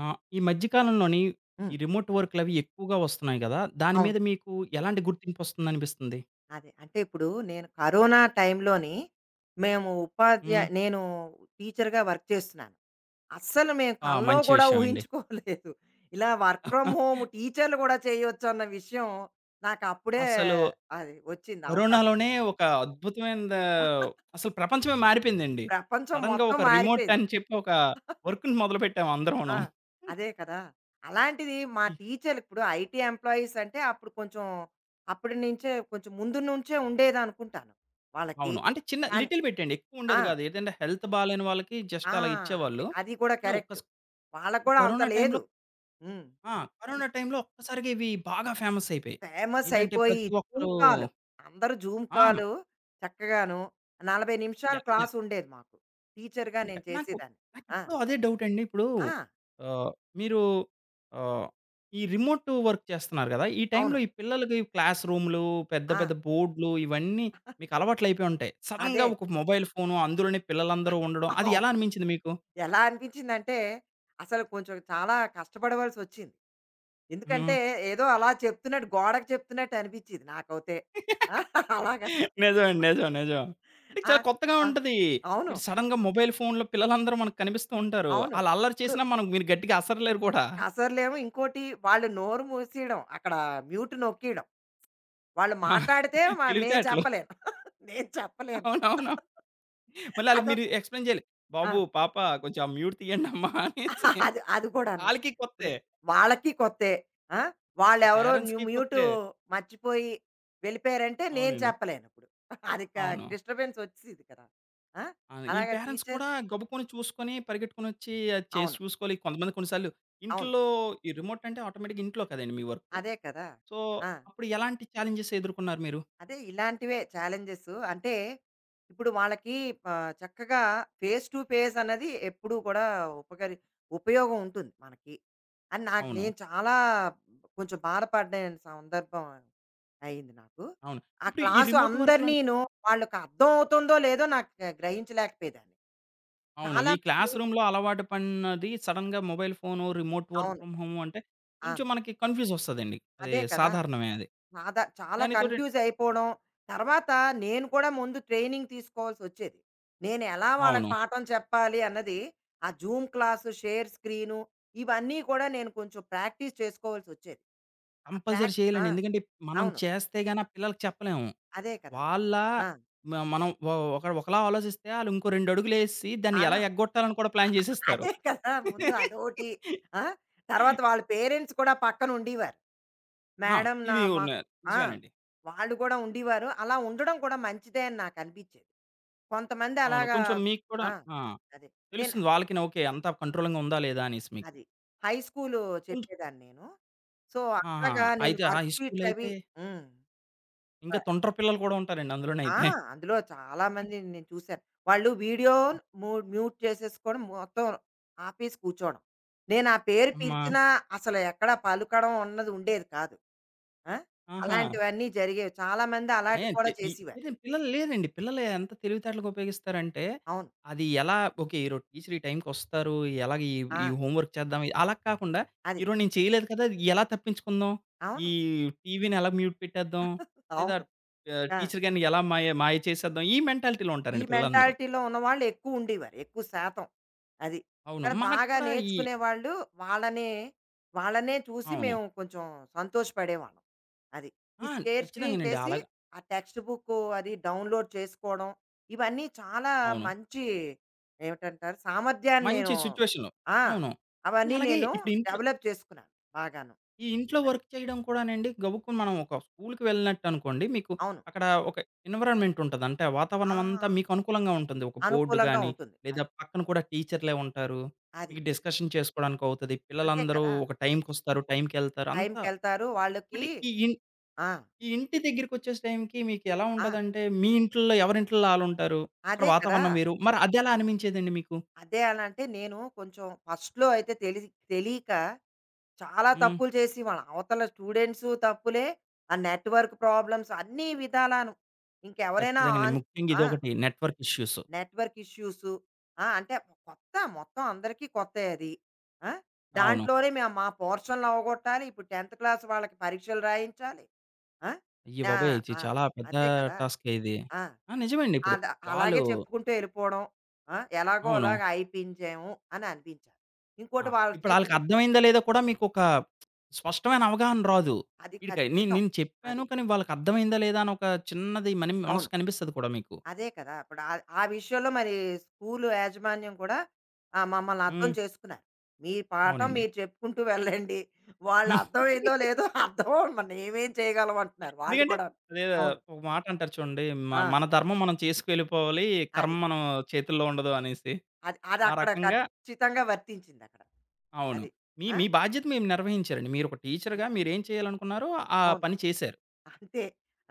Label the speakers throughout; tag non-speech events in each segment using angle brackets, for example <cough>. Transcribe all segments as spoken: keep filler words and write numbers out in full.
Speaker 1: ఆ! ఈ మధ్య కాలంలోని
Speaker 2: హ్మ్.
Speaker 1: ఈ రిమోట్ వర్క్‌లవి ఎక్కువగా వస్తున్నాయి గదా! దాని
Speaker 2: అవును.
Speaker 1: మీద మీకు ఎలాంటి గుర్తింపొస్తుందనిపిస్తుంది?
Speaker 2: అదే. అంటే ఇప్పుడు నేను కరోనా టైంలోని మేము ఉపాధ్యా
Speaker 1: హ్మ్.
Speaker 2: నేను టీచర్‌గా వర్క్ చేస్తున్నాను. అస్సలు మేము
Speaker 1: ఆ!
Speaker 2: కల్లో
Speaker 1: మంచి
Speaker 2: కూడా
Speaker 1: విషయం అండి.
Speaker 2: ఊహించుకోలేదు. ఇలా వర్క్ ఫ్రమ్
Speaker 1: <laughs>
Speaker 2: హోమ్ టీచర్లు కూడా చేయొచ్చు అన్న విషయం నాకు అప్పుడే
Speaker 1: అసలు
Speaker 2: అది వచ్చింది అవకాశం.
Speaker 1: కరోనాలోనే ఒక అద్భుతమైనద, అసలు ప్రపంచమే మారిపోయిందండి.
Speaker 2: ప్రపంచం
Speaker 1: సడెన్‌గా
Speaker 2: మొత్తం
Speaker 1: ఒక రిమోట్
Speaker 2: మారిపోయింది.
Speaker 1: అని చెప్పి ఒక వర్క్‌ని మొదలుపెట్టాము
Speaker 2: ఆ!
Speaker 1: అందరమును.
Speaker 2: అదే కదా! అలాంటిది మా
Speaker 1: ఈ
Speaker 2: టీచర్లు ఇప్పుడు ఐటీ ఎంప్లాయీస్ అంటే అప్పుడు కొంచెం అప్పటి నుంచే కొంచెం ముందు నుంచే ఉండేదనుకుంటాను వాళ్ళకి.
Speaker 1: అవును. అంటే చిన్న
Speaker 2: కానీ
Speaker 1: లిటిల్ బిట్ అండి. ఎక్కువ
Speaker 2: ఆ!
Speaker 1: ఉండేది గాదు. ఏదంటే హెల్త్ బాలేని వాళ్ళకి జస్ట్
Speaker 2: ఆ!
Speaker 1: అలా
Speaker 2: అంతే.
Speaker 1: ఇచ్చేవాళ్ళు.
Speaker 2: అది కూడా
Speaker 1: కానీ ఒక్క
Speaker 2: కరెక్ట్.
Speaker 1: స్
Speaker 2: వాళ్ళకి కూడా అంత
Speaker 1: కరోనా టైమ్‌లో
Speaker 2: లేదు. హ్మ్.
Speaker 1: ఆ!
Speaker 2: ఈ
Speaker 1: కరోనా టైంలో ఒక్కసారిగా ఇవి బాగా ఫేమస్ అయిపోయాయి.
Speaker 2: ఫేమస్
Speaker 1: ఏంటంటే
Speaker 2: అయిపోయి
Speaker 1: ప్రతి
Speaker 2: జూమ్
Speaker 1: ఒక్కరు
Speaker 2: కాల్. అందరూ జూమ్
Speaker 1: ఆ!
Speaker 2: కాల్ చక్కగాను నలభై నిమిషాలు
Speaker 1: యాహ్!
Speaker 2: Class
Speaker 1: yeah!
Speaker 2: ఉండేది మాకు. టీచర్‌గా
Speaker 1: ఇంకా
Speaker 2: నేను
Speaker 1: నాకు
Speaker 2: చేసేదాన్ని. ఆ!
Speaker 1: నాకిప్పుడు అదే డౌట్ అండి. ఇప్పుడు
Speaker 2: ఆ!
Speaker 1: ఆహ్, మీరు ఆహ్, ఈ రిమోట్ వర్క్ చేస్తున్నారు గదా! ఈ
Speaker 2: అవును.
Speaker 1: టైంలో ఈ పిల్లలకి క్లాస్ రూమ్‌లు, పెద్ద
Speaker 2: ఆ!
Speaker 1: పెద్ద బోర్డ్‌లు ఇవన్నీ మీకు అలవాట్లయిపోయి ఉంటాయి. సడెన్‌గా
Speaker 2: అదే.
Speaker 1: ఒక మొబైల్ ఫోను అందులోనే పిల్లలందరూ ఉండడం
Speaker 2: <laughs>
Speaker 1: అది
Speaker 2: అవును.
Speaker 1: ఎలా అనిపించింది మీకు?
Speaker 2: ఎలా అనిపించిందంటే అసలు కొంచెం చాలా కష్టపడవలసొచ్చింది.
Speaker 1: హ్మ్.
Speaker 2: ఎందుకంటే ఏదో అలా చెప్తున్నట్టు గోడకి చెప్తున్నట్టు అనిపించేది నాకైతే. ఆ, అలాగా.
Speaker 1: నిజమండి. నిజం. నిజం. అంటే
Speaker 2: ఆ!
Speaker 1: చాలా కొత్తగా
Speaker 2: ఆ!
Speaker 1: ఉంటది.
Speaker 2: అవును.
Speaker 1: ఇటు సడెన్‌గా మొబైల్ ఫోన్‌లో పిల్లలందరూ మనకు కనిపిస్తూ ఉంటారు.
Speaker 2: అవును.
Speaker 1: ఆళ్ళు అల్లరి
Speaker 2: ఇప్పుడు
Speaker 1: చేసినా మనం మీరు గట్టిగా అసరలేరు కూడా.
Speaker 2: కసరలేమో ఇంకోటి వాళ్ళు నోరు మూసేయడం. అక్కడ మ్యూట్ నొక్కేయడం. వాళ్ళు
Speaker 1: ఆ!
Speaker 2: మాట్లాడితే మ మేము
Speaker 1: తెలివితేటలు.
Speaker 2: చెప్పలేను. <laughs> నేను చెప్పలేను.
Speaker 1: అవునవును. మళ్ళీ ఆళ్ళకి మీరు
Speaker 2: అదొక
Speaker 1: ఎక్స్‌ప్లెయిన్ చేయాలి.
Speaker 2: ఆ!
Speaker 1: బాబు, పాప కొంచెం ఆ మ్యూట్ తీయండమ్మా <laughs> అనేసి.
Speaker 2: అది అది కూడాను.
Speaker 1: ఆళ్ళకి
Speaker 2: ఇప్పుడు
Speaker 1: కొత్తే.
Speaker 2: వాళ్ళకి కొత్తే. ఆ!
Speaker 1: ఆ
Speaker 2: వాళ్ళెవరో న్యూ
Speaker 1: పేరెంట్స్‌కి
Speaker 2: మ్యూటు
Speaker 1: కొత్తే.
Speaker 2: మర్చిపోయి వెళ్ళిపోయారంటే నేను
Speaker 1: అవునండి.
Speaker 2: చెప్పలేనిప్పుడు. అది క
Speaker 1: అవును.
Speaker 2: డిస్టర్బెన్స్ వచ్చేసిద్ది కదా! ఆ!
Speaker 1: ఆ! ఈళ్ళ
Speaker 2: అలాగా
Speaker 1: పేరెంట్స్
Speaker 2: టీచర్
Speaker 1: కూడా గబుక్కున చూసుకొని, పరిగెట్టుకొనొచ్చి అది చేసి
Speaker 2: అవును.
Speaker 1: చూసుకోవాలి. కొంతమంది కొన్ని సార్లు
Speaker 2: అవును.
Speaker 1: ఇంట్లో ఈ రిమోట్ అంటే ఆటోమేటిక్‌గా ఇంట్లో కదండీ మీ వర్కు.
Speaker 2: అదే కదా!
Speaker 1: సో,
Speaker 2: ఆ!
Speaker 1: అప్పుడు ఎలాంటి ఛాలెంజెస్ ఎదుర్కొన్నారు మీరు?
Speaker 2: అదే ఇలాంటివే ఛాలెంజెస్. అంటే ఇప్పుడు వాళ్ళకి ఆహ్, చక్కగా ఫేస్ టు ఫేస్ అన్నది ఎప్పుడూ కూడా ఉపకరి ఉపయోగం ఉంటుంది మనకి. అని నాకు
Speaker 1: అవును.
Speaker 2: నేను చాలా కొంచెం బాధపడిన సందర్భం అయింది నాకు.
Speaker 1: అవును.
Speaker 2: ఆ
Speaker 1: ఇప్పుడు ఈ
Speaker 2: క్లాసు
Speaker 1: రిమోట్ వర్క్‌లో
Speaker 2: అందరినీను వాళ్ళకి అర్థం అవుతుందో లేదో నాకు గ్రహించలేకపోయేదాన్ని.
Speaker 1: అవును.
Speaker 2: చాలా
Speaker 1: ఈ
Speaker 2: మంది
Speaker 1: క్లాస్ రూమ్‌లో అలవాటు పడినది సడెన్‌గా మొబైల్ ఫోను, రిమోట్ వర్క్
Speaker 2: అవును.
Speaker 1: ఫ్రమ్ హోమ్ అంటే కొంచెం
Speaker 2: అవును.
Speaker 1: మనకి కన్‌ఫ్యూజ్ ఒస్తదండి. అది
Speaker 2: అదే కదా!
Speaker 1: సాధారణమే అది.
Speaker 2: సాదా చాలా
Speaker 1: దానితోటి
Speaker 2: కన్‌ఫ్యూజ్ అయిపోవడం. తర్వాత నేను కూడా ముందు ట్రైనింగ్ తీసుకోవాల్సొచ్చేది. నేను ఎలా వాళ్ళకి
Speaker 1: అవును.
Speaker 2: పాఠం చెప్పాలి అన్నది, ఆ జూమ్ క్లాసు, షేర్ స్క్రీను ఇవన్నీ కూడా నేను కొంచెం ప్రాక్టీస్ చేసుకోవాల్సొచ్చేది. ఆ
Speaker 1: కంపల్సరీ
Speaker 2: ప్రాక్ ఆ!
Speaker 1: చేయాలండి. ఎందుకంటే మనం
Speaker 2: అవును.
Speaker 1: చేస్తే గాని ఆ పిల్లలకి చెప్పలేము.
Speaker 2: అదే కదా!
Speaker 1: వాళ్ళ
Speaker 2: ఆ!
Speaker 1: మ మనం ఒ ఒక ఒకలా ఆలోచిస్తే ఆళ్ళు ఇంకో రెండు అడుగులేసి దాన్ని ఎలా
Speaker 2: అను
Speaker 1: ఎగ్గొట్టాలని కూడా ప్లాన్ చేసేస్తారు.
Speaker 2: అదే కదా! ముందు
Speaker 1: <laughs>
Speaker 2: అదోటి. ఆ! తర్వాత వాళ్ళ పేరెంట్స్ కూడా పక్కన ఉండేవారు.
Speaker 1: ఆ!
Speaker 2: మేడం నా
Speaker 1: ఇది ఉన్న
Speaker 2: మాకు ఆ!
Speaker 1: నిజమేనండి.
Speaker 2: వాళ్ళు కూడా ఉండేవారు. అలా ఉండడం కూడా మంచిదే అని నాకనిపించేది. కొంతమంది
Speaker 1: అవును.
Speaker 2: అలాగా
Speaker 1: కొంచెం మీకు కూడా
Speaker 2: ఆ!
Speaker 1: ఆ!
Speaker 2: అదే. నేను
Speaker 1: తెలుస్తుంది. వాళ్ళకిన ఓకే. అంత కంట్రోలింగ్‌గా ఉందా? లేదా? అనేసి మీకు.
Speaker 2: అది. హై స్కూలు
Speaker 1: కొంచ్
Speaker 2: చెప్పేదాన్ని నేను. సో,
Speaker 1: ఆహా!
Speaker 2: అలాగా నేను
Speaker 1: అయితే
Speaker 2: వర్క్
Speaker 1: హై స్కూల్
Speaker 2: షీట్‌లవి
Speaker 1: అయితే
Speaker 2: హ్మ్.
Speaker 1: ఇంకా
Speaker 2: ఆహ్,
Speaker 1: తుంటరి పిల్లలు కూడా ఉంటారండి
Speaker 2: ఆ!
Speaker 1: అందులోనైతే.
Speaker 2: అందులో చాలా మందిని నేను చూసాను. వాళ్ళు వీడియో ము మ్యూట్ చేసేసుకోవడం మొత్తం ఆపేసి కూర్చోవడం. నేను ఆ పేరు
Speaker 1: అమ్మా!
Speaker 2: పిలిచినా అసలు ఎక్కడ పలకడం అన్నది ఉండేది కాదు. ఆ!
Speaker 1: ఆహా!
Speaker 2: అలాంటివన్నీ జరిగేవి. చాలా మంది అలాంటివి
Speaker 1: అయన్
Speaker 2: కూడా
Speaker 1: చె ఈ
Speaker 2: చేసేవారు.
Speaker 1: లేదండి పిల్లలు లేదండి. పిల్లలు ఎంత తెలివితేటలుగా ఉపయోగిస్తారంటే,
Speaker 2: అవును.
Speaker 1: అది ఎలా ఓకే. ఈరోజు టీచర్ ఈ టైంకొస్తారు. ఎలాగ ఈ
Speaker 2: ఆ!
Speaker 1: ఈ హోమ్ వర్క్ చేద్దాం. ఇ- అలా కాకుండా
Speaker 2: అది.
Speaker 1: ఈరోజు నేను చేయలేదు కదా! ఇది ఎలా తప్పించుకుందాం? ఈ
Speaker 2: అవును.
Speaker 1: టీవీని ఎలా మ్యూట్ పెట్టేద్దాం? లేదా
Speaker 2: అవును.
Speaker 1: ఆహ్,
Speaker 2: ఆ!
Speaker 1: టీచర్ గారిని ఎలా మాయ మాయ చేసేద్దాం? ఈ మెంటాలిటీలో
Speaker 2: ఈ
Speaker 1: ఉంటారండి పిల్లలందరూ.
Speaker 2: మెంటాలిటీలో ఉన్నవాళ్ళు ఎక్కువ ఉండేవారు. ఎక్కువ శాతం. అది.
Speaker 1: అవును.
Speaker 2: కానీ
Speaker 1: మనకు
Speaker 2: బాగా
Speaker 1: కూడా ఈ
Speaker 2: నేర్చుకునే వాళ్ళు వాళ్ళనే, వాళ్ళనే చూసి
Speaker 1: అవును.
Speaker 2: మేము కొంచెం సంతోషపడేవాళ్ళం. అది. ఈ
Speaker 1: ఆ!
Speaker 2: స్కేర్ స్క్రీన్
Speaker 1: ఖచ్చితంగానండి.
Speaker 2: చేసి
Speaker 1: అలాగ
Speaker 2: ఆ టెక్స్ట్ బుక్కు అది డౌన్‌లోడ్ చేసుకోవడం. ఇవన్నీ చాలా
Speaker 1: అవును.
Speaker 2: మంచి ఏమిటంటారు సామర్థ్యాన్ని
Speaker 1: మంచి
Speaker 2: నేను
Speaker 1: సిట్యుయేషన్‌లో.
Speaker 2: ఆ!
Speaker 1: అవును.
Speaker 2: అవన్నీ
Speaker 1: అలాగే
Speaker 2: నేను
Speaker 1: ఇప్పుడు ఇంట్లో
Speaker 2: డెవలప్ చేసుకున్నాను బాగాను.
Speaker 1: ఈ ఇంట్లో
Speaker 2: అది.
Speaker 1: వర్క్ చేయడం కూడానండి గబుక్కున మనం ఒక స్కూల్‌కి వెళ్ళినట్టనుకోండి, మీకు
Speaker 2: అవును.
Speaker 1: అక్కడ ఒక ఎన్విరాన్మెంట్ ఉంటది. అంటే
Speaker 2: ఆ!
Speaker 1: వాతావరణం అంతా మీకు అనుకూలంగా ఉంటుంది. ఒక బోర్డ్
Speaker 2: అనుకూలంగా
Speaker 1: గాని,
Speaker 2: ఉంటుంది.
Speaker 1: లేదా
Speaker 2: అది.
Speaker 1: పక్కన కూడా టీచర్‌లే ఉంటారు.
Speaker 2: అది.
Speaker 1: మీకు డిస్కషన్ చేసుకోవడానికవుతది.
Speaker 2: అంతే
Speaker 1: పిల్లలందరూ
Speaker 2: కదా!
Speaker 1: ఒక టైంకొస్తారు, టైంకెళ్తారు అంతా.
Speaker 2: టైంకెళ్తారు వాళ్ళకి
Speaker 1: బట్ ఈ ఇన్
Speaker 2: ఆ!
Speaker 1: ఈ ఇంటి దగ్గరికొచ్చేసే టైంకి మీకెలా
Speaker 2: ఆ!
Speaker 1: ఉంటదంటే, మీ ఇంట్లో ఎవరింట్లో ఆళ్ళుంటారు. అక్కడ
Speaker 2: అదే కదా!
Speaker 1: వాతావరణం వేరు. మరి అదెలా అనిపించేదండి మీకు?
Speaker 2: అదే అలా అంటే నేను కొంచెం ఫస్ట్‌లో అయితే తెలి తెలియక చాలా
Speaker 1: హ్మ్.
Speaker 2: తప్పులు చేసేవాళ్ళం. అవతల స్టూడెంట్సు తప్పులే, ఆ నెట్వర్క్ ప్రాబ్లమ్స్ అన్ని విధాలాను. ఇంకెవరైనా
Speaker 1: ఖచ్చితంగానండి.
Speaker 2: ఆన్
Speaker 1: ముఖ్యంగా
Speaker 2: ఆ!
Speaker 1: ఇదొకటి నెట్‌వర్క్ ఇష్యూస్.
Speaker 2: Network issues. ఆ! అంటే కొత్త మొత్తం అందరికీ కొత్తే అది. ఆ!
Speaker 1: అవును.
Speaker 2: దాంట్లోనే మేము మా పోర్షన్‌లు అవగొట్టాలి. ఇప్పుడు 10థ్ క్లాస్ వాళ్ళకి పరీక్షలు రాయించాలి. ఆ!
Speaker 1: అయ్య
Speaker 2: నా
Speaker 1: బాబోయ్! ఇది
Speaker 2: ఆ!
Speaker 1: చాలా పెద్ద
Speaker 2: అదే కదా!
Speaker 1: టాస్కే ఇది.
Speaker 2: ఆ!
Speaker 1: ఆ! నిజమండి. ఇప్పుడు
Speaker 2: అలా
Speaker 1: వాళ్ళు
Speaker 2: అలాగే చెప్పుకుంటూ వెళ్ళిపోవడం. ఆ! ఎలాగో
Speaker 1: అవును.
Speaker 2: అలాగా అయిపించాము అని అనిపించాలి.
Speaker 1: ఆ!
Speaker 2: ఇంకోటి వాళ్ళ
Speaker 1: ఇప్పుడు
Speaker 2: చేతులు
Speaker 1: ఆళ్ళకర్థమైందా లేదా కూడా మీకొక స్పష్టమైన అవగాహన రాదు.
Speaker 2: అది
Speaker 1: ఈడికి నే
Speaker 2: ఖచ్చితం.
Speaker 1: నేను చెప్పాను
Speaker 2: అది.
Speaker 1: కానీ వాళ్ళకర్థమైందా లేదా అని ఒక చిన్నది మని
Speaker 2: అవును.
Speaker 1: మనసు కనిపిస్తది కూడా మీకు.
Speaker 2: అదే కదా! ఇప్పుడు ఆ ఆ విషయంలో మరి స్కూలు యాజమాన్యం కూడా ఆహ్, మమ్మల్ని అర్థం
Speaker 1: హ్మ్.
Speaker 2: చేసుకున్నారు. మీ పాఠం
Speaker 1: అవునండి.
Speaker 2: మీరు చెప్పుకుంటూ వెళ్ళండి. వాళ్ళు అర్థమైందో లేదో అర్థం మరి మేమేం చేయగలం అంటున్నారు వాళ్ళు
Speaker 1: ఎందుకంటే
Speaker 2: కూడా.
Speaker 1: అదేదో
Speaker 2: అవును.
Speaker 1: ఒక మాట అంటారు చూడండి. మ
Speaker 2: ఆ!
Speaker 1: మన ధర్మం మనం చేసుకు వెళ్ళిపోవాలి. కర్మ
Speaker 2: అది.
Speaker 1: మనం చేతుల్లో ఉండదు అనేసి.
Speaker 2: అది.
Speaker 1: ఆ
Speaker 2: అదక్కడ
Speaker 1: రకంగా
Speaker 2: ఖచ్చితంగా వర్తించిందక్కడ.
Speaker 1: అవును.
Speaker 2: అది.
Speaker 1: మీ
Speaker 2: ఆ!
Speaker 1: మీ బాధ్యత మీరు నిర్వహించారండి. మీరొక టీచర్‌గా మీరేం చేయాలనుకున్నారో ఆ
Speaker 2: అవును.
Speaker 1: పని చేశారు.
Speaker 2: అంతే.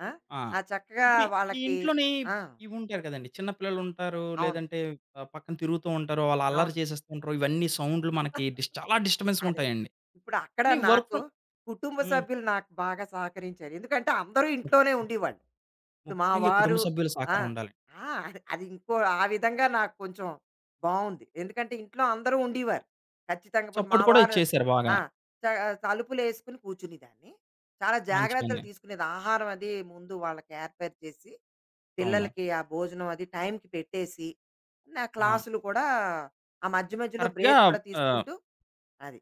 Speaker 2: ఆ!
Speaker 1: ఆ!
Speaker 2: ఆ చక్కగా
Speaker 1: ఇప్పుడు ఈ
Speaker 2: వాళ్ళకి
Speaker 1: ఇంట్లోని
Speaker 2: ఆ!
Speaker 1: ఇవుంటారు కదండీ. చిన్న పిల్లలుంటారు.
Speaker 2: అవును.
Speaker 1: లేదంటే ఆహ్, పక్కన తిరుగుతూ ఉంటారు. వాళ్ళు అల్లరి
Speaker 2: అవును.
Speaker 1: చేసేస్తూ ఉంటారు. ఇవన్నీ సౌండ్‌లు మనకి డిస్ చాలా డిస్టర్బెన్స్‌గా
Speaker 2: అదే.
Speaker 1: ఉంటాయండి.
Speaker 2: ఇప్పుడు అక్కడ
Speaker 1: కానీ వర్క్
Speaker 2: నాకు
Speaker 1: ఫ్రమ్
Speaker 2: కుటుంబ
Speaker 1: హ్మ్.
Speaker 2: సభ్యులు నాకు బాగా సహకరించారు. ఎందుకంటే అందరూ ఇంట్లోనే ఉండేవాళ్ళు. ఇప్పుడు మా
Speaker 1: ముఖ్యంగా కుటుంబ
Speaker 2: వారు
Speaker 1: సభ్యుల
Speaker 2: ఆ!
Speaker 1: సహకారం ఉండాలి.
Speaker 2: ఆ! అది అది ఇంకో ఆ విధంగా నాకు కొంచెం బావుంది. ఎందుకంటే ఇంట్లో అందరూ ఉండేవారు. ఖచ్చితంగా ఇప్పుడు మా
Speaker 1: సపోర్ట్ కూడా
Speaker 2: వారు
Speaker 1: ఇచ్చేసారు
Speaker 2: ఆ!
Speaker 1: బాగా.
Speaker 2: త తలుపులేసుకుని కూర్చునేదాన్ని. చాలా
Speaker 1: మంచి
Speaker 2: జాగ్రత్తలు
Speaker 1: పని.
Speaker 2: తీసుకునేది. ఆహారం అది ముందు వాళ్ళకి ఏర్పాటు చేసి
Speaker 1: అవును.
Speaker 2: పిల్లలకి ఆ భోజనం అది టైంకి పెట్టేసి, నా
Speaker 1: ఆ!
Speaker 2: క్లాసులు కూడా ఆ మధ్య మధ్యలో
Speaker 1: కరెక్ట్‌గా
Speaker 2: బ్రేక్ కూడా
Speaker 1: ఆహ్
Speaker 2: తీసుకుంటూ అది.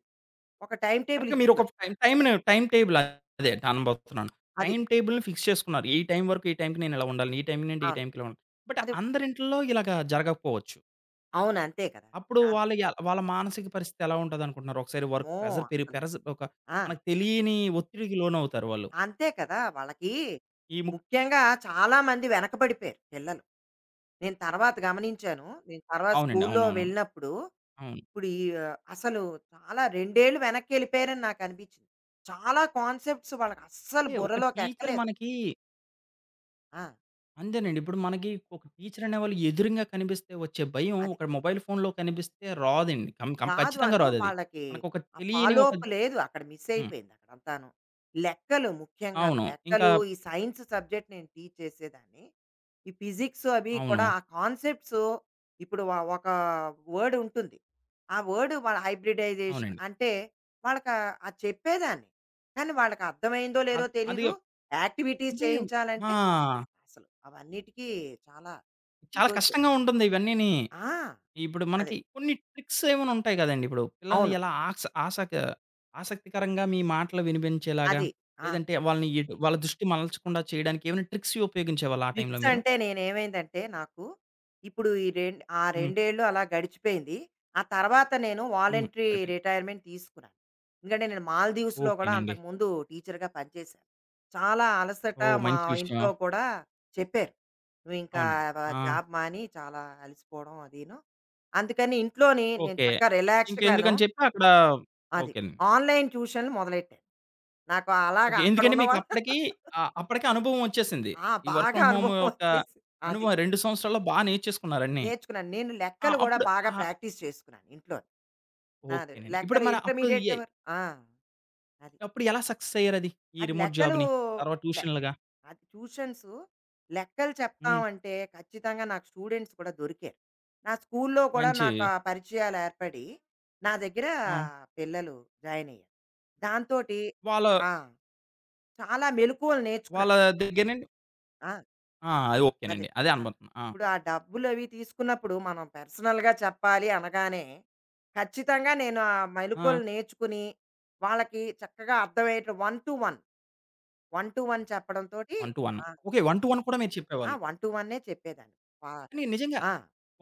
Speaker 2: ఒక టైమ్ టేబుల్
Speaker 1: కరెక్ట్‌గా మీరు ఒక
Speaker 2: ఇచ్చేవారు.
Speaker 1: టైమ్ టైమ్‌ని టైమ్ టేబుల్ అదే అనబోతున్నాను.
Speaker 2: అది.
Speaker 1: టైమ్ టేబుల్‌ని ఫిక్స్ చేసుకున్నారు. ఈ టైం వరకు ఈ టైంకి నేను ఇలా ఉండాలి. ఈ టైం నుండి ఈ
Speaker 2: అవును.
Speaker 1: టైంకి ఇలా ఉండాలి. బట్
Speaker 2: అది
Speaker 1: అందరింట్లో ఇలాగ జరగకపోవచ్చు.
Speaker 2: అవును. అంతే కదా!
Speaker 1: అప్పుడు
Speaker 2: అవును.
Speaker 1: వాళ్ళ య వాళ్ళ మానసిక పరిస్థితి ఎలా ఉంటదనుకుంటున్నారు? ఒకసారి వర్క్
Speaker 2: అమ్మో!
Speaker 1: ప్రెషర్ పెరి
Speaker 2: అసలు.
Speaker 1: పెరస్ ఒక
Speaker 2: ఆ!
Speaker 1: మనకు తెలియని ఒత్తిడికి లోనవుతారు వాళ్ళు.
Speaker 2: అంతే కదా! వాళ్ళకి
Speaker 1: ఈ ము
Speaker 2: ముఖ్యంగా చాలా మంది వెనకబడిపోయారు పిల్లలు. నేను తర్వాత గమనించాను. నేను తర్వాత
Speaker 1: అవునండి.
Speaker 2: స్కూల్లో
Speaker 1: అవునవునవును.
Speaker 2: వెళ్ళినప్పుడు,
Speaker 1: అవును.
Speaker 2: ఇప్పుడు ఈ ఆ, అసలు చాలా రెండు ఏళ్ళు వెనక్కెళ్ళిపోయారని నాకనిపించింది. చాలా కాన్సెప్ట్స్ వాళ్ళకి అస్సలు
Speaker 1: అంటే ఒక
Speaker 2: బుర్రలోకి
Speaker 1: టీచర్
Speaker 2: ఎక్కలేదు.
Speaker 1: మనకి
Speaker 2: ఆ!
Speaker 1: అంతేనండి. ఇప్పుడు మనకి ఒక టీచర్ అనేవాళ్ళు ఎదురుంగా కనిపిస్తే వచ్చే భయం
Speaker 2: అది.
Speaker 1: ఒక మొబైల్ ఫోన్‌లో కనిపిస్తే రాదండి. కం కం
Speaker 2: రాదు
Speaker 1: ఖచ్చితంగా
Speaker 2: అందు
Speaker 1: రాదది.
Speaker 2: వాళ్ళకి
Speaker 1: మనకొక
Speaker 2: ఆ
Speaker 1: తెలియని ఒక
Speaker 2: ఫాలోఅప్ లేదు అక్కడ మిస్
Speaker 1: హ్మ్.
Speaker 2: అయిపోయింది అక్కడ అంతాను. లెక్కలు ముఖ్యంగాను
Speaker 1: అవును. ఇంకా
Speaker 2: లెక్కలు ఈ సైన్స్ సబ్జెక్ట్ నేను టీచ్ చేసేదాన్ని. ఈ ఫిజిక్స్ అవి
Speaker 1: అవును.
Speaker 2: కూడా ఆ కాన్సెప్ట్స్ ఇప్పుడు వ ఒక వర్డ్ ఉంటుంది. ఆ వర్డ్ వాళ్ళ హైబ్రిడైజేషన్
Speaker 1: అవునండి.
Speaker 2: అంటే వాళ్ళకి ఆ- అది చెప్పేదాన్ని. కానీ వాళ్ళకి అర్థమైందో లేదో
Speaker 1: అద్ అది
Speaker 2: తెలీదు. యాక్టివిటీస్
Speaker 1: అంటే ఆ!
Speaker 2: చేయించాలంటే అసలు అవన్నిటికీ చాలా
Speaker 1: చాలా
Speaker 2: ఇదొచ్చే
Speaker 1: కష్టంగా ఉంటుంది ఇవన్నీని.
Speaker 2: ఆ!
Speaker 1: ఇప్పుడు
Speaker 2: అదే.
Speaker 1: మనకి కొన్ని ట్రిక్స్ ఏమైనా ఉంటాయి గదండీ! ఇప్పుడు పిల్లల్ని
Speaker 2: అవును.
Speaker 1: ఎలా ఆక్స్ ఆసక ఆసక్తికరంగా మీ మాటలు వినిపించేలాగా,
Speaker 2: అది. ఆ!
Speaker 1: లేదంటే వాళ్ళని ఎటు వాళ్ళ దృష్టి మలచకుండా చేయడానికి ఏమైనా ట్రిక్స్ ఉపయోగించేవాళ్ళా ఆ టైంలో
Speaker 2: ట్రిక్స్
Speaker 1: మీరు?
Speaker 2: అంటే నేనేమైందంటే నాకు ఇప్పుడు ఈ రెండు ఆ
Speaker 1: హ్మ్.
Speaker 2: రెండేళ్ళు అలా గడిచిపోయింది. ఆ తర్వాత నేను
Speaker 1: హ్మ్.
Speaker 2: వాలంటరీ
Speaker 1: సరిపోయింది.
Speaker 2: రిటైర్మెంట్ తీసుకున్నాను. ఎందుకంటే నేను మాల్దీవ్స్‌లో కూడా
Speaker 1: ఓకేనండి.
Speaker 2: అంతకుముందు టీచర్‌గా పనిచేశాను. చాలా అలసట
Speaker 1: ఓహ్!
Speaker 2: మా
Speaker 1: మంచి విషయం.
Speaker 2: ఇంట్లో కూడా చెప్పారు. "నువ్వింకా
Speaker 1: అవునండి.
Speaker 2: వ
Speaker 1: ఆ!
Speaker 2: జాబ్ మాని చాలా అలసిపోవడం" అదీను. అందుకని ఇంట్లోని నేను
Speaker 1: ఓకే.
Speaker 2: చక్కగా రిలాక్స్డ్‌గాను
Speaker 1: ఇంకెందుకని చెప్పి అక్కడ
Speaker 2: అది
Speaker 1: ఓకే.
Speaker 2: ఆన్‌లైన్ ట్యూషన్‌లు మొదలెట్టాను. నాకు అలాగా
Speaker 1: ఓకే. ఎందుకంటే
Speaker 2: అక్కడున్న వాళ్ళ
Speaker 1: మీకప్పటికి ఆహ్, అప్పటికే అనుభవం వచ్చేసింది.
Speaker 2: ఆ!
Speaker 1: ఈ వర్క్
Speaker 2: బాగా
Speaker 1: ఫ్రమ్ హోమ్
Speaker 2: అనుభవం
Speaker 1: యొక్క
Speaker 2: వచ్చేసింది. అది.
Speaker 1: అనుభవం రెండు సంవత్సరాల్లో బా నేర్చేసుకున్నారు అన్నీ.
Speaker 2: నేర్చుకున్నాను. నేను
Speaker 1: ఆ!
Speaker 2: లెక్కలు గూడా
Speaker 1: అప్పుడు
Speaker 2: బాగా
Speaker 1: ఆహా!
Speaker 2: ప్రాక్టీస్ చేసుకున్నాను ఇంట్లో. నాది
Speaker 1: ఓకేనండి. ఇప్పుడు
Speaker 2: లెక్కలు
Speaker 1: మరి అప్పుడు
Speaker 2: ఇంటర్మీడియేట్
Speaker 1: ఎ
Speaker 2: వర ఆ! అది.
Speaker 1: అప్పుడు ఎలా సక్సెస్ అయ్యారది? ఈ
Speaker 2: అది
Speaker 1: రిమోట్
Speaker 2: లెక్కలు
Speaker 1: జాబ్‌ని? తర్వాత
Speaker 2: లె
Speaker 1: ట్యూషన్లుగా.
Speaker 2: అది ట్యూషన్స్ లెక్కలు
Speaker 1: హ్మ్.
Speaker 2: చెప్తామంటే ఖచ్చితంగా నాకు స్టూడెంట్స్ కూడా దొరికారు. నా స్కూల్లో కూడా
Speaker 1: మంచి
Speaker 2: నాకు ఆ పరిచయాలు ఏర్పడి, నా దగ్గర
Speaker 1: ఆ!
Speaker 2: పిల్లలు జాయిన్ అయ్యారు. దాంతోటి
Speaker 1: వాళ్ళ
Speaker 2: ఆ! చాలా మెలుకువలు
Speaker 1: వాళ్ళ
Speaker 2: నేర్చుకున్నాను.
Speaker 1: దగ్గర నుండి
Speaker 2: ఆ!
Speaker 1: ఆ! అది
Speaker 2: అదే.
Speaker 1: ఓకేనండి. అదే
Speaker 2: ఆ!
Speaker 1: అనబోతున్నా. ఆ!
Speaker 2: ఇప్పుడు ఆ డబ్బులవి తీసుకున్నప్పుడు మనం పర్సనల్‌గా చెప్పాలి అనగానే, ఖచ్చితంగా నేను ఆ
Speaker 1: ఆ!
Speaker 2: మెళకువలు నేర్చుకుని, వాళ్ళకి చక్కగా అర్థమయ్యేట్టు one to one, one to one చెప్పడంతోటి
Speaker 1: వన్ టు వన్.
Speaker 2: ఆ!
Speaker 1: ఓకే. వన్ టు వన్ కూడా మీరు
Speaker 2: ఆ!
Speaker 1: చెప్పేవాళ్ళు.
Speaker 2: వన్ టు వన్ చెప్పేదాన్ని. వా
Speaker 1: కానీ నిజంగా
Speaker 2: ఆ!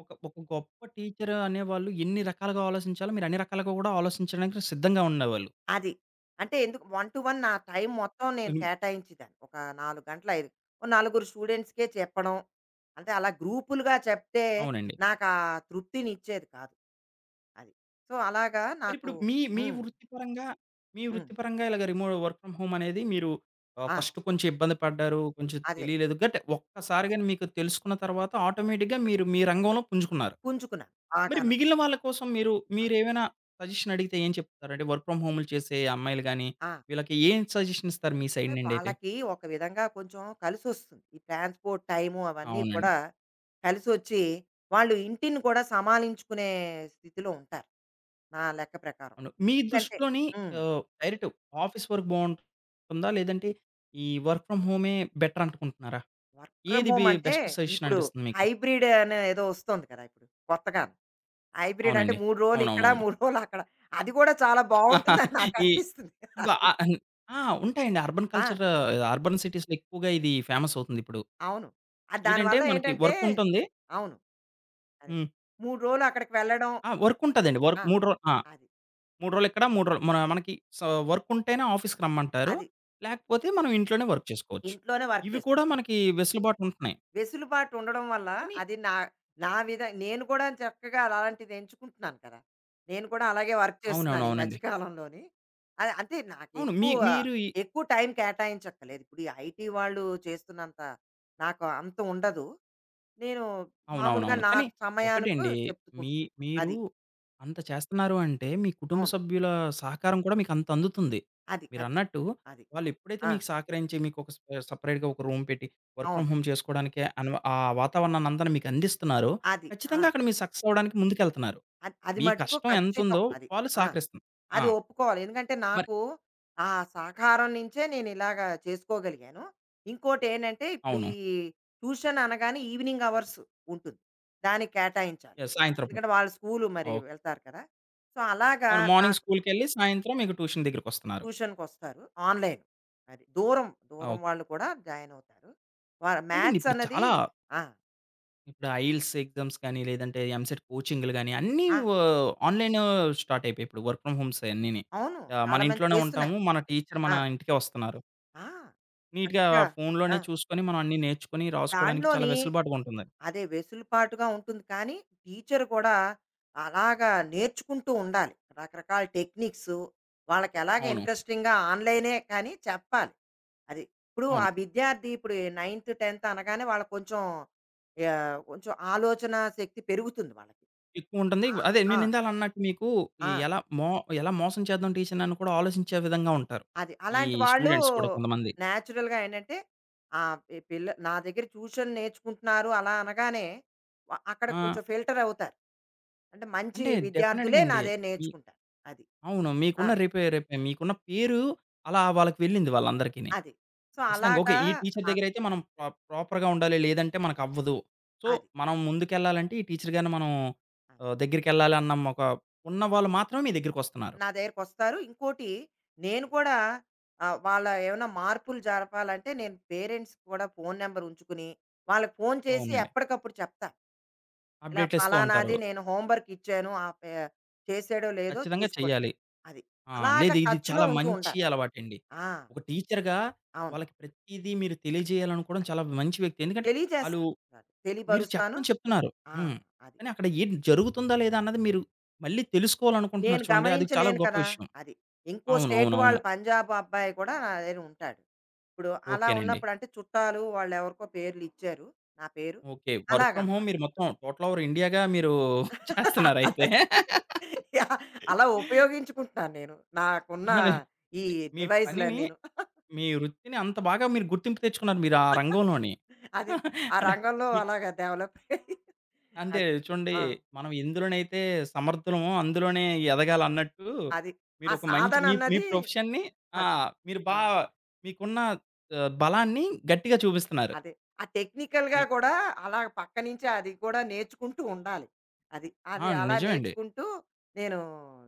Speaker 1: ఒక ఒక గొప్ప టీచర్ అనేవాళ్ళు ఎన్ని రకాలుగా ఆలోచించాలో మీరు అన్ని రకాలుగా కూడా ఆలోచించడానికి సిద్ధంగా ఉండేవాళ్ళు.
Speaker 2: అది. అంటే ఎందుకు వన్ టు వన్ నా టైం మొత్తం నేను
Speaker 1: హ్మ్.
Speaker 2: కేటాయించేదాన్ని. ఒక నాలుగు గంటలు, ఐదు ఓ నలుగురు స్టూడెంట్స్‌కే చెప్పడం. అంటే అలా గ్రూపులుగా చెప్తే
Speaker 1: అవునండి.
Speaker 2: నాకు ఆ తృప్తినిచ్చేది కాదు. అది. సో, అలాగా నాకు
Speaker 1: మరిప్పుడు మీ, మీ
Speaker 2: హ్మ్.
Speaker 1: వృత్తిపరంగా, మీ
Speaker 2: హ్మ్.
Speaker 1: వృత్తిపరంగా ఇలాగ రిమో వర్క్ ఫ్రమ్ హోమ్ అనేది మీరు ఆహ్,
Speaker 2: ఆ!
Speaker 1: ఫస్ట్ కొంచెం ఇబ్బంది పడ్డారు. కొంచెం
Speaker 2: అదే.
Speaker 1: తెలియలేదు. గట్ ఒక్కసారిగాని మీకు తెలుసుకున్న తర్వాత ఆటోమేటిక్‌గా మీరు మీ రంగంలో పుంజుకున్నారు.
Speaker 2: పుంజుకున్నాను
Speaker 1: మరి
Speaker 2: బాగాను.
Speaker 1: మిగిలిన వాళ్ళ కోసం మీరు మీరేమైనా సజెషన్ అడిగితే ఏం చెప్తారండి? వర్క్ ఫ్రమ్ హోమ్‌లు చేసే అమ్మాయిలు గాని,
Speaker 2: ఆ!
Speaker 1: వీళ్ళకి ఏం సజెషన్ ఇస్తారు మీ
Speaker 2: అంటే
Speaker 1: సైడ్ నుండి అయితే?
Speaker 2: వాళ్ళకి ఒక విధంగా కొంచెం కలిసొస్తుంది. ఈ ట్రాన్స్‌పోర్ట్ టైము అవన్నీ
Speaker 1: అవునండి.
Speaker 2: కూడా కలిసొచ్చి, వాళ్ళు ఇంటిని కూడా సమాలించుకునే స్థితిలో ఉంటారు. నా లెక్క ప్రకారం.
Speaker 1: అవును. మీ
Speaker 2: ఎందుకంటే
Speaker 1: దృష్టిలోని
Speaker 2: హ్మ్.
Speaker 1: ఆహ్, డైరెక్ట్ ఆఫీస్ వర్క్ బావుంటుందా? లేదంటే ఈ వర్క్ ఫ్రమ్ హోమే బెటర్ అనుకుంటున్నారా?
Speaker 2: వర్క్ ఫ్రమ్
Speaker 1: ఏది
Speaker 2: హోమ్
Speaker 1: బి
Speaker 2: అంటే
Speaker 1: బెస్ట్ సజెషన్
Speaker 2: ఇప్పుడు
Speaker 1: అనిపిస్తుంది మీకు?
Speaker 2: హైబ్రిడ్ అనే ఏదో వస్తోంది కదా! ఇప్పుడు కొత్తగాను. హైబ్రిడ్ అంటే
Speaker 1: అవునండి.
Speaker 2: మూడు రోజులు ఇక్కడ,
Speaker 1: అవునవునవును.
Speaker 2: మూడు రోజులు అక్కడ. అది కూడా చాలా బావుంటుందని
Speaker 1: ఈ
Speaker 2: నాకనిపిస్తుంది.
Speaker 1: ఇవ
Speaker 2: అది.
Speaker 1: ఆహ్, అన్ ఆ! ఉంటాయండి. అర్బన్
Speaker 2: ఆ!
Speaker 1: కల్చర్ అర్బన్ సిటీస్‌లో ఎక్కువగా ఇది ఫేమస్ అవుతుందిప్పుడు.
Speaker 2: అవును. ఆహ్,
Speaker 1: ఏంటంటే
Speaker 2: దానివల్ల
Speaker 1: మనకి
Speaker 2: ఏంటంటే
Speaker 1: వర్క్ ఉంటుంది.
Speaker 2: అవును. అదే.
Speaker 1: హ్మ్.
Speaker 2: మూడు రోజులు అక్కడికి వెళ్ళడం
Speaker 1: ఆ! వర్క్ ఉంటదండి. వర్క్
Speaker 2: ఆ!
Speaker 1: మూడు రో ఆ!
Speaker 2: అది.
Speaker 1: మూడు రోజులు ఇక్కడ, మూడు రోజులు మన మనకి సో, వర్క్ ఉంటేనే ఆఫీస్‌కి రమ్మంటారు.
Speaker 2: అది.
Speaker 1: లేకపోతే మనం ఇంట్లోనే వర్క్ చేసుకోవచ్చు.
Speaker 2: ఇంట్లోనే వర్క్
Speaker 1: ఇవి
Speaker 2: చేస్తూ.
Speaker 1: కూడా మనకి వెసులుబాటు ఉంటున్నాయి.
Speaker 2: వెసులుబాటు ఉండడం వల్ల
Speaker 1: కానీ
Speaker 2: అది నా నా విధ నేను కూడా చక్కగా అలాంటిది ఎంచుకుంటున్నాను కదా! నేను కూడా అలాగే వర్క్ చేస్తున్నాను ఈ మధ్య
Speaker 1: అవునవునవునండి.
Speaker 2: కాలంలోని. అది అంటే
Speaker 1: అవును. మీ
Speaker 2: నాకెక్కువ,
Speaker 1: మీరు
Speaker 2: ఎక్కువ ఎక్కువ టైం కేటాయించక్కర్లేదు. ఇప్పుడు ఈ ఐటీ వాళ్ళు చేస్తున్నంత నాకు అంత ఉండదు. నేను మామూలుగా
Speaker 1: అవునవునవును.
Speaker 2: నా
Speaker 1: కానీ
Speaker 2: సమయానికి
Speaker 1: ఒకటండి మీ
Speaker 2: చెప్పుకుంటున్నాను.
Speaker 1: మీరు
Speaker 2: అది.
Speaker 1: అంత చేస్తున్నారు అంటే మీ కుటుంబ
Speaker 2: అవును.
Speaker 1: సభ్యుల సహకారం కూడా మీకు అంత అందుతుంది.
Speaker 2: అది. ఖచ్చితం.
Speaker 1: మీరన్నట్టు
Speaker 2: అది.
Speaker 1: వాళ్ళు ఎప్పుడైతే
Speaker 2: ఆ!
Speaker 1: మీకు సహకరించి మీకు ఒక సె సెపరేట్‌గా ఒక రూమ్ పెట్టి వర్క్
Speaker 2: అవును.
Speaker 1: ఫ్రమ్ హోమ్ చేసుకోవడానికి అను ఆ వాతావరణాన్నంతా మీకు అందిస్తున్నారో,
Speaker 2: అది. ఆ!
Speaker 1: ఖచ్చితంగా అక్కడ మీరు సక్సెస్ అవ్వడానికి ముందుకెళ్తున్నారు.
Speaker 2: అది అది
Speaker 1: మీ
Speaker 2: మట్టుకు
Speaker 1: కష్టం
Speaker 2: ఖచ్చితం
Speaker 1: ఎంతుందో
Speaker 2: అది.
Speaker 1: వాళ్ళు
Speaker 2: ఆ!
Speaker 1: సహకరిస్తున్నారు. ఆ!
Speaker 2: అది ఒప్పుకోవాలి. ఎందుకంటే
Speaker 1: మరి
Speaker 2: నాకు ఆ సహకారం నుంచే నేను ఇలాగ చేసుకోగలిగాను. ఇంకోటేంటంటే ఇప్పుడు ఈ
Speaker 1: అవును.
Speaker 2: ట్యూషన్ అనగానే ఈవినింగ్ అవర్స్ ఉంటుంది. దానికి కేటాయించాలి.
Speaker 1: యాహ్! సాయంత్రం పూట.
Speaker 2: ఎందుకంటే వాళ్ళ స్కూలు మరి
Speaker 1: ఓకే.
Speaker 2: వెళ్తారు కదా! సో, అలాగా
Speaker 1: అవును. మార్నింగ్
Speaker 2: నాకు
Speaker 1: స్కూల్‌కెళ్ళి సాయంత్రం మీకు ట్యూషన్ దగ్గరికొస్తున్నారు.
Speaker 2: ట్యూషన్‌కొస్తారు. ఆన్‌లైన్ అది. దూరం,
Speaker 1: ఓకే.
Speaker 2: దూరం వాళ్ళు కూడా జాయిన్ అవుతారు. వా
Speaker 1: లేదండి
Speaker 2: మ్యాథ్స్
Speaker 1: ఇప్పుడు
Speaker 2: అన్నది
Speaker 1: చాలా
Speaker 2: ఆ!
Speaker 1: ఇప్పుడు ఐఎల్స్ ఎగ్జామ్స్ కానీ, లేదంటే ఎంసెట్ కోచింగ్‌లు గాని, అన్నీ
Speaker 2: ఆ!
Speaker 1: వ ఆన్‌లైన్ స్టార్ట్ అయిపోయాయి. ఇప్పుడు వర్క్ ఫ్రమ్ హోమ్సే అన్నీని.
Speaker 2: అవును.
Speaker 1: ఆహ్, మన
Speaker 2: చాలా మంది
Speaker 1: ఇంట్లోనే
Speaker 2: చేస్తున్నారు.
Speaker 1: ఉంటాము. మన టీచర్
Speaker 2: ఆ!
Speaker 1: మన ఇంటికే వస్తున్నారు.
Speaker 2: ఆ!
Speaker 1: నీట్‌గా
Speaker 2: చక్కగా
Speaker 1: ఫోన్‌లోనే
Speaker 2: ఆ!
Speaker 1: చూసుకొని, మనం అన్నీ నేర్చుకొని, రాసుకోవడానికి చాలా
Speaker 2: దాంట్లోని
Speaker 1: వెసులుబాటుగా ఉంటుంది.
Speaker 2: అదే వెసులుపాటుగా ఉంటుంది కానీ టీచర్ కూడా అలాగా నేర్చుకుంటూ ఉండాలి. రకరకాల టెక్నిక్స్ వాళ్ళకి ఎలాగ
Speaker 1: అవును.
Speaker 2: ఇంట్రెస్టింగ్‌గా ఆన్‌లైనే కానీ చెప్పాలి. అది. ఇప్పుడు ఆ
Speaker 1: అవును.
Speaker 2: విద్యార్థి ఇప్పుడు 9థ్, 10థ్ అనగానే వాళ్ళకి కొంచెం యాహ్, కొంచెం ఆలోచనా శక్తి పెరుగుతుంది వాళ్ళకి.
Speaker 1: ఎక్కువుంటుంది.
Speaker 2: ఆ!
Speaker 1: అదే
Speaker 2: ఆ!
Speaker 1: నేను ఇందాల అన్నట్టు మీకు ఈ
Speaker 2: ఆ!
Speaker 1: ఎలా మో ఎలా మోసం చేద్దాం టీచర్‌ని అని కూడా ఆలోచించే విధంగా ఉంటారు.
Speaker 2: అది.
Speaker 1: ఈ
Speaker 2: అలాంటి వాళ్ళు
Speaker 1: స్టూడెంట్స్ కూడా కొంతమంది.
Speaker 2: నేచురల్‌గా ఏంటంటే ఆహ్, ఈ పిల్ల నా దగ్గర ట్యూషన్ నేర్చుకుంటున్నారు అలా అనగానే వ అక్కడ
Speaker 1: ఆ!
Speaker 2: కొంచెం ఫిల్టర్ అవుతారు. అంటే మంచి
Speaker 1: అంటే డెఫినిట్‌గా
Speaker 2: విద్యార్థులే నా
Speaker 1: అండి.
Speaker 2: దగ్గర
Speaker 1: మీ
Speaker 2: నేర్చుకుంటారు. అది.
Speaker 1: అవును.
Speaker 2: ఆ!
Speaker 1: మీకున్న రేపే రేపే మీకున్న పేరు అలా వాళ్ళకి వెళ్ళింది వాళ్ళందరికిని.
Speaker 2: అది. సో,
Speaker 1: ఖచ్చితంగా. ఓకే.
Speaker 2: అలాగా
Speaker 1: ఈ టీచర్
Speaker 2: నాకు
Speaker 1: దగ్గరైతే మనం ప్రా ప్రాపర్‌గా ఉండాలి. లేదంటే మనకవ్వదు. సో,
Speaker 2: అది.
Speaker 1: మనం ముందుకెళ్ళాలంటే ఈ టీచర్ గారిని మనం
Speaker 2: అది.
Speaker 1: ఆహ్, దగ్గరికెళ్ళాలి అన్న ఒక ఉన్నవాళ్ళు మాత్రమే మీ దగ్గరికొస్తున్నారు.
Speaker 2: నా దగ్గరకొస్తారు. ఇంకోటి నేను కూడా ఆహ్, వాళ్ళ ఏమైనా మార్పులు జరపాలంటే నేను పేరెంట్స్‌కి కూడా ఫోను నంబర్ ఉంచుకుని, వాళ్ళకి ఫోను చేసి
Speaker 1: అవునండి.
Speaker 2: ఎప్పటికప్పుడు చెప్తా. ఇలా
Speaker 1: అప్డేట్లు ఇస్తూ ఉంటారు.
Speaker 2: పలానాది నేను హోంవర్క్ ఇచ్చాను. ఆ పే చేసాడో లేదో
Speaker 1: ఖచ్చితంగా
Speaker 2: చూసుకోండి.
Speaker 1: చెయ్యాలి.
Speaker 2: అది.
Speaker 1: ఆ!
Speaker 2: అలాగ
Speaker 1: లేదు ఇది
Speaker 2: టచ్‌లో
Speaker 1: చాలా
Speaker 2: ఉంటూ
Speaker 1: మంచి
Speaker 2: ఉండాలి.
Speaker 1: అలవాటండి.
Speaker 2: ఆ!
Speaker 1: ఒక టీచర్‌గా
Speaker 2: అవును.
Speaker 1: వాళ్ళకి ప్రతీదీ మీరు తెలియజేయాలనుకోవడం
Speaker 2: అదే.
Speaker 1: చాలా మంచి వ్యక్తి. ఎందుకంటే ఆళ్ళు
Speaker 2: తెలియజేస్తా. అది.
Speaker 1: మీరు
Speaker 2: తెలియపరుస్తాను.
Speaker 1: చెప్పడం చెప్తున్నారు.
Speaker 2: ఆ!
Speaker 1: హ్మ్.
Speaker 2: అది.
Speaker 1: కానీ అక్కడ ఏం జరుగుతుందా లేదా అన్నది మీరు మళ్ళీ తెలుసుకోవాలనుకుంటున్నారు
Speaker 2: నేను
Speaker 1: చూడండి. అది చాలా
Speaker 2: గమనించలేను
Speaker 1: గొప్ప
Speaker 2: కదా!
Speaker 1: విషయం.
Speaker 2: అది. ఇంకో
Speaker 1: అవును.
Speaker 2: స్టేట్
Speaker 1: అవునవును.
Speaker 2: వాళ్ళు పంజాబ్ అబ్బాయి కూడా నా దగ్గర ఉంటాడు. ఇప్పుడు అలా
Speaker 1: ఓకేనండి.
Speaker 2: ఉన్నప్పుడు అంటే చుట్టాలు వాళ్ళెవరికో పేర్లిచ్చారు. నా పేరు.
Speaker 1: ఓకే. వర్క్ ఫ్రమ్ హోమ్
Speaker 2: అలాగనమాట.
Speaker 1: మీరు మొత్తం టోటల్ ఓవర్ ఇండియాగా మీరు <laughs> చేస్తున్నారయితే.
Speaker 2: అలా యాహ్! అలా ఉపయోగించుకుంటున్నాను నేను. నాకున్న
Speaker 1: అదే.
Speaker 2: ఈ
Speaker 1: మీ పనిని,
Speaker 2: డివైస్‌లన్నీను.
Speaker 1: మీ వృత్తిని అంత బాగా మీరు గుర్తింపు తెచ్చుకున్నారు మీరు ఆ రంగంలోని.
Speaker 2: అదే.
Speaker 1: <laughs>
Speaker 2: ఆ
Speaker 1: అంటే
Speaker 2: రంగంలో
Speaker 1: మీ
Speaker 2: అలాగా డెవలప్ అయ్యి
Speaker 1: అంటే
Speaker 2: అది.
Speaker 1: చూడండి
Speaker 2: ఆ!
Speaker 1: మనం ఎందులోనైతే సమర్థులమో అందులోనే ఎదగాలన్నట్టు
Speaker 2: అది. ఆ
Speaker 1: మీరొక మంచి మీ మీ
Speaker 2: సాధనన్నది
Speaker 1: ప్రొఫెషన్‌ని ఆ!
Speaker 2: అది.
Speaker 1: మీరు
Speaker 2: ఆ!
Speaker 1: బా మీకున్న ఆహ్, బలాన్ని గట్టిగా చూపిస్తున్నారు.
Speaker 2: అదే. ఆ టెక్నికల్‌గా
Speaker 1: మీ
Speaker 2: కూడా అలా పక్క నించే అది కూడా నేర్చుకుంటూ ఉండాలి. అది.
Speaker 1: ఆ!
Speaker 2: అది అలా
Speaker 1: నిజమండి.
Speaker 2: నేర్చుకుంటూ నేను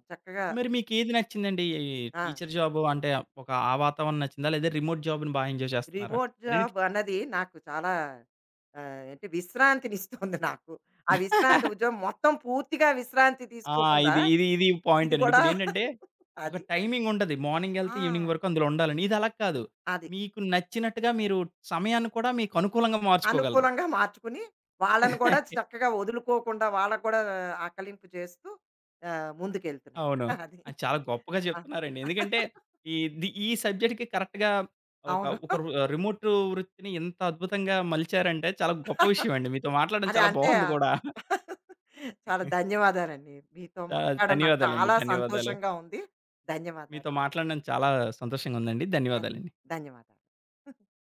Speaker 2: చక్కగా
Speaker 1: మరి మీకేది నచ్చిందండి? ఈ
Speaker 2: ఆ!
Speaker 1: టీచర్ జాబు అంటే ఒక ఆ వాతావరణం నచ్చిందా? లేదా రిమోట్ జాబ్‌ని బా ఎంజాయ్ చేస్తన్నారా?
Speaker 2: రిమోట్ జాబ్
Speaker 1: రెండిట్లో
Speaker 2: అన్నది నాకు చాలా ఆహ్, అంటే విశ్రాంతినిస్తుంది నాకు. ఆ విశ్రాంతి
Speaker 1: <laughs>
Speaker 2: ఉద్యోగం మొత్తం పూర్తిగా విశ్రాంతి
Speaker 1: ఆ!
Speaker 2: తీసుకోకుండా
Speaker 1: ఇది, ఇది, ఇది
Speaker 2: ఇది
Speaker 1: పాయింటేనండి.
Speaker 2: కూడా
Speaker 1: ఇప్పుడేంటంటే
Speaker 2: <laughs>
Speaker 1: ఒక
Speaker 2: అది.
Speaker 1: టైమింగ్ ఉంటది.
Speaker 2: ఆ!
Speaker 1: మార్నింగెళ్తే ఈవినింగ్ వరకు అందులో ఉండాలని. ఇది అలా కాదు.
Speaker 2: అది.
Speaker 1: మీకు నచ్చినట్టుగా మీరు సమయాన్ని కూడా మీకు అనుకూలంగా మార్చుకోగలరు.
Speaker 2: అనుకూలంగా మార్చుకుని వాళ్ళని కూడా
Speaker 1: <laughs>
Speaker 2: చక్కగా వదులుకోకుండా వాళ్ళకి కూడా ఆకలింపు చేస్తూ ఆహ్, ముందుకెళ్తున్నాను.
Speaker 1: అవును.
Speaker 2: <laughs> అది.
Speaker 1: అది చాలా గొప్పగా
Speaker 2: ఆ!
Speaker 1: చెప్తున్నారండి. ఎందుకంటే
Speaker 2: <laughs>
Speaker 1: ఈ ది ఈ సబ్జెక్ట్‌కి కరెక్ట్‌గా ఒక
Speaker 2: అవును.
Speaker 1: ఒక రు రిమోట్ వృత్తిని ఇంత అద్భుతంగా మలిచారంటే చాలా గొప్ప
Speaker 2: <laughs>
Speaker 1: విషయమండి. మీతో మాట్లాడడం
Speaker 2: అదే
Speaker 1: చాలా
Speaker 2: అంటే ఆ
Speaker 1: బావుంది కూడా.
Speaker 2: <laughs> చాలా ధన్యవాదాలండి. మీతో
Speaker 1: ఆ!
Speaker 2: మాట్లాడడం నాకు
Speaker 1: ధన్యవాదాలండి.
Speaker 2: చాలా
Speaker 1: ధన్యవాదాలు.
Speaker 2: సంతోషంగా ఉంది. ధన్యవాదాలు.
Speaker 1: మీతో మాట్లాడినందుకు చాలా సంతోషంగా ఉందండి.
Speaker 2: అది.
Speaker 1: ధన్యవాదాలండి.
Speaker 2: ధన్యవాదాలు.